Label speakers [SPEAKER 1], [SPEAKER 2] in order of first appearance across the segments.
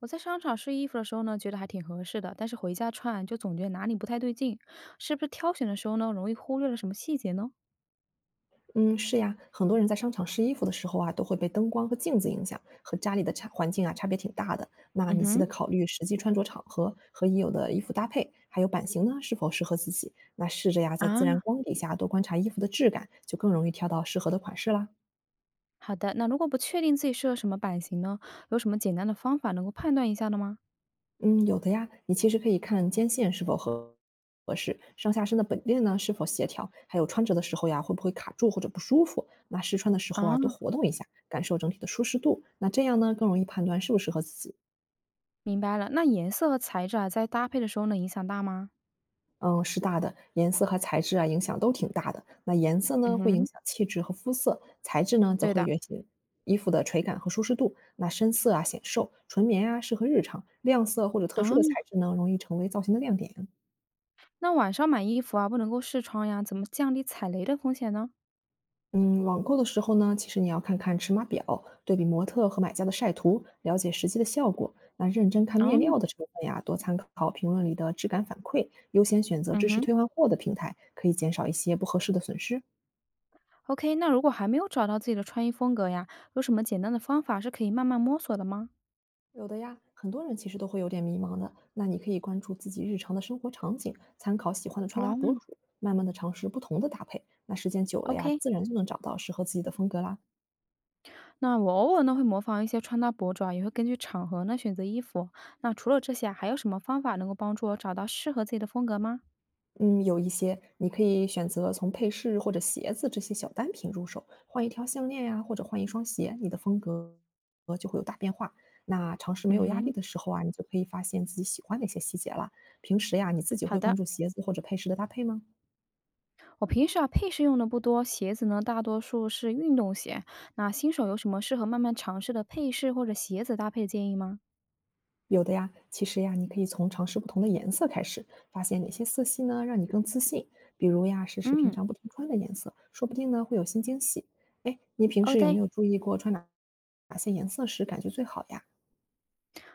[SPEAKER 1] 我在商场试衣服的时候呢，觉得还挺合适的，但是回家穿就总觉得哪里不太对劲，是不是挑选的时候呢，容易忽略了什么细节呢？
[SPEAKER 2] 嗯，是呀，很多人在商场试衣服的时候啊，都会被灯光和镜子影响，和家里的差环境啊差别挺大的。那
[SPEAKER 1] 嗯
[SPEAKER 2] 你记得
[SPEAKER 1] 哼。
[SPEAKER 2] 考虑实际穿着场合和已有的衣服搭配，还有版型呢是否适合自己。那试着呀，在
[SPEAKER 1] 啊，
[SPEAKER 2] 自然光底下多观察衣服的质感，就更容易挑到适合的款式啦。
[SPEAKER 1] 好的，那如果不确定自己适合什么版型呢，有什么简单的方法能够判断一下的吗？
[SPEAKER 2] 嗯，有的呀，你其实可以看肩线是否合适，上下身的本链呢是否协调，还有穿着的时候呀会不会卡住或者不舒服。那试穿的时候啊，多
[SPEAKER 1] 啊，
[SPEAKER 2] 活动一下，感受整体的舒适度。那这样呢，更容易判断适不适合自己。
[SPEAKER 1] 明白了，那颜色和材质啊，在搭配的时候呢，影响大吗？
[SPEAKER 2] 嗯，是大的，颜色和材质啊，影响都挺大的。那颜色
[SPEAKER 1] 嗯
[SPEAKER 2] 呢，会影
[SPEAKER 1] 哼。
[SPEAKER 2] 响气质和肤色；材质呢，则
[SPEAKER 1] 对
[SPEAKER 2] 会
[SPEAKER 1] 的
[SPEAKER 2] 影响衣服的垂感和舒适度。那深色啊显瘦，纯棉啊适合日常，亮色或者特殊的材
[SPEAKER 1] 啊，
[SPEAKER 2] 质呢，容易成为造型的亮点。
[SPEAKER 1] 那晚上买衣服啊，不能够试穿呀，怎么降低踩雷的风险呢？
[SPEAKER 2] 嗯，网购的时候呢，其实你要看看尺码表，对比模特和买家的晒图，了解实际的效果。那认真看
[SPEAKER 1] 啊，
[SPEAKER 2] 面料的成分呀，多参考评论里的质感反馈，优先选择
[SPEAKER 1] 嗯
[SPEAKER 2] 支持
[SPEAKER 1] 哼，
[SPEAKER 2] 退换货的平台，可以减少一些不合适的损失。
[SPEAKER 1] OK，那如果还没有找到自己的穿衣风格呀，有什么简单的方法是可以慢慢摸索的吗？
[SPEAKER 2] 有的呀，很多人其实都会有点迷茫的。那你可以关注自己日常的生活场景，参考喜欢的穿搭博
[SPEAKER 1] 哦，
[SPEAKER 2] 主，慢慢的尝试不同的搭配。那时间久了呀，
[SPEAKER 1] ？OK，
[SPEAKER 2] 自然就能找到适合自己的风格啦。
[SPEAKER 1] 那我偶尔呢会模仿一些穿搭博主啊，也会根据场合呢选择衣服。那除了这些啊还有什么方法能够帮助我找到适合自己的风格吗？
[SPEAKER 2] 嗯，有一些你可以选择从配饰或者鞋子这些小单品入手，换一条项链呀，或者换一双鞋，你的风格就会有大变化。那尝试没
[SPEAKER 1] 嗯
[SPEAKER 2] 有压
[SPEAKER 1] 哼。
[SPEAKER 2] 力的时候啊，你就可以发现自己喜欢哪些细节啦。平时呀，你自己
[SPEAKER 1] 好
[SPEAKER 2] 会关
[SPEAKER 1] 的，
[SPEAKER 2] 注鞋子或者配饰的搭配吗？
[SPEAKER 1] 我平时啊配饰用的不多，鞋子呢大多数是运动鞋。那新手有什么适合慢慢尝试的配饰或者鞋子搭配建议吗？
[SPEAKER 2] 有的呀，其实呀，你可以从尝试不同的颜色开始，发现哪些色系呢让你更自信。比如呀，试试平
[SPEAKER 1] 嗯。
[SPEAKER 2] 常不常穿的颜色，说不定呢会有新惊喜。哎，你平
[SPEAKER 1] o
[SPEAKER 2] 时有
[SPEAKER 1] k
[SPEAKER 2] 没有注意过穿哪些颜色时感觉最好呀？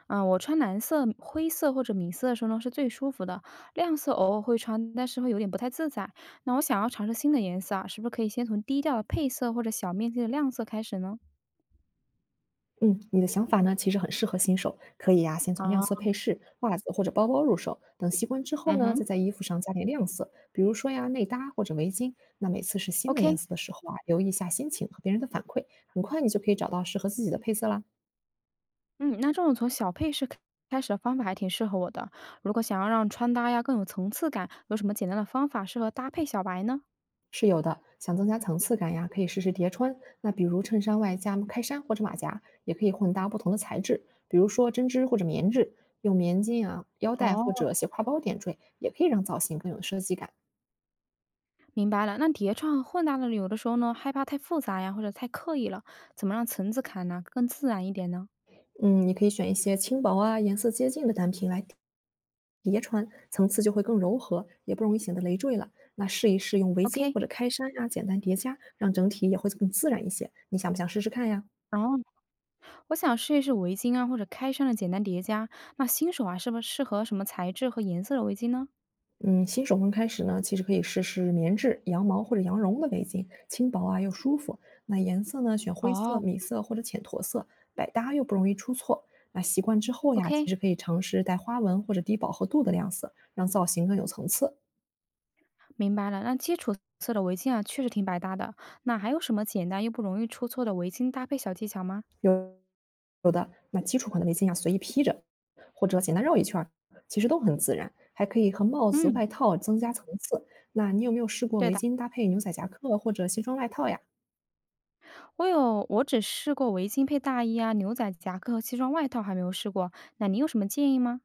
[SPEAKER 1] 嗯，我穿蓝色、灰色或者米色的时候呢，是最舒服的。亮色偶尔会穿，但是会有点不太自在。那我想要尝试新的颜色啊，是不是可以先从低调的配色或者小面积的亮色开始呢？
[SPEAKER 2] 嗯，你的想法呢其实很适合新手，可以呀，先从亮色
[SPEAKER 1] 啊，
[SPEAKER 2] 配饰、袜子或者包包入手，等习惯之后
[SPEAKER 1] 嗯
[SPEAKER 2] 呢，
[SPEAKER 1] 哼
[SPEAKER 2] 再在衣服上加点亮色，比如说呀内搭或者围巾。那每次试新的
[SPEAKER 1] ，OK。
[SPEAKER 2] 颜色的时候啊，留意一下心情和别人的反馈，很快你就可以找到适合自己的配色啦。
[SPEAKER 1] 嗯，那这种从小配饰开始的方法还挺适合我的。如果想要让穿搭呀更有层次感，有什么简单的方法适合搭配小白呢？
[SPEAKER 2] 是有的，想增加层次感呀，可以试试叠穿。那比如衬衫外加开衫或者马甲，也可以混搭不同的材质，比如说针织或者棉质，用棉巾啊、腰带或
[SPEAKER 1] 哦，
[SPEAKER 2] 者斜挎包点缀，也可以让造型更有设计感。
[SPEAKER 1] 明白了。那叠穿和混搭的有的时候呢，害怕太复杂呀，或者太刻意了，怎么让层次感呢更自然一点呢
[SPEAKER 2] 嗯，你可以选一些轻薄啊、颜色接近的单品来叠穿，层次就会更柔和，也不容易显得累赘了。那试一试用围巾
[SPEAKER 1] ？OK，
[SPEAKER 2] 或者开衫呀、简单叠加，让整体也会更自然一些。你想不想试试看呀？
[SPEAKER 1] 然哦，我想试一试围巾啊，或者开衫的简单叠加。那新手啊，是不是适合什么材质和颜色的围巾呢？
[SPEAKER 2] 嗯，新手刚开始呢，其实可以试试棉质、羊毛或者羊绒的围巾，轻薄啊又舒服。那颜色呢，选灰色、
[SPEAKER 1] 哦
[SPEAKER 2] 米色或者浅驼色，百搭又不容易出错。那习惯之后呀，其
[SPEAKER 1] ，OK，
[SPEAKER 2] 实可以尝试带花纹或者低饱和度的亮色，让造型更有层次。
[SPEAKER 1] 明白了。那基础色的围巾啊，确实挺百搭的。那还有什么简单又不容易出错的围巾搭配小技巧吗？
[SPEAKER 2] 有有的那基础款的围巾呀，随意披着，或者简单绕一圈儿，其实都很自然。还可以和帽子、
[SPEAKER 1] 嗯，
[SPEAKER 2] 外套增加层次。那你有没有试过
[SPEAKER 1] 对
[SPEAKER 2] 围
[SPEAKER 1] 的，
[SPEAKER 2] 巾搭配牛仔夹克或者西装外套呀？
[SPEAKER 1] 我有，我只试过围巾配大衣啊、牛仔夹克和西装外套，还没有试过。那你有什么建议吗？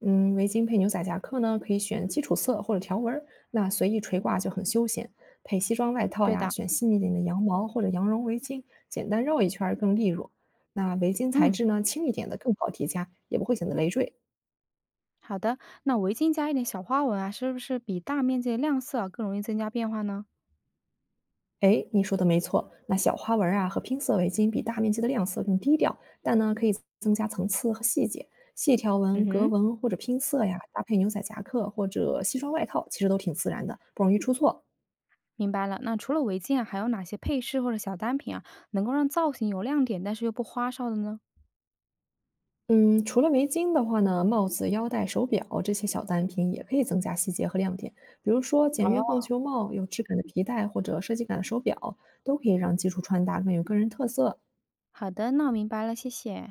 [SPEAKER 2] 嗯，围巾配牛仔夹克呢，可以选基础色或者条纹儿，那随意垂挂就很休闲。配西装外套
[SPEAKER 1] 对
[SPEAKER 2] 呀，
[SPEAKER 1] 的，
[SPEAKER 2] 选细腻点的羊毛或者羊绒围巾，简单绕一圈儿更利落。那围巾材
[SPEAKER 1] 嗯，
[SPEAKER 2] 质呢，轻一点的更好叠加，也不会显得累赘。
[SPEAKER 1] 好的。那围巾加一点小花纹啊，是不是比大面积的亮色啊更容易增加变化呢？
[SPEAKER 2] 哎，你说的没错，那小花纹儿啊和拼色围巾比大面积的亮色更低调，但呢可以增加层次和细节。细条
[SPEAKER 1] 嗯
[SPEAKER 2] 纹、格
[SPEAKER 1] 哼。
[SPEAKER 2] 纹或者拼色呀，搭配牛仔夹克或者西装外套，其实都挺自然的，不容易出错。
[SPEAKER 1] 明白了，那除了围巾啊，还有哪些配饰或者小单品啊，能够让造型有亮点，但是又不花哨的呢？
[SPEAKER 2] 嗯，除了围巾的话呢，帽子、腰带、手表这些小单品也可以增加细节和亮点。比如说，简
[SPEAKER 1] 哦，
[SPEAKER 2] 约棒球帽、有质感的皮带或者设计感的手表，都可以让基础穿搭更有个人特色。
[SPEAKER 1] 好的，那我明白了，谢谢。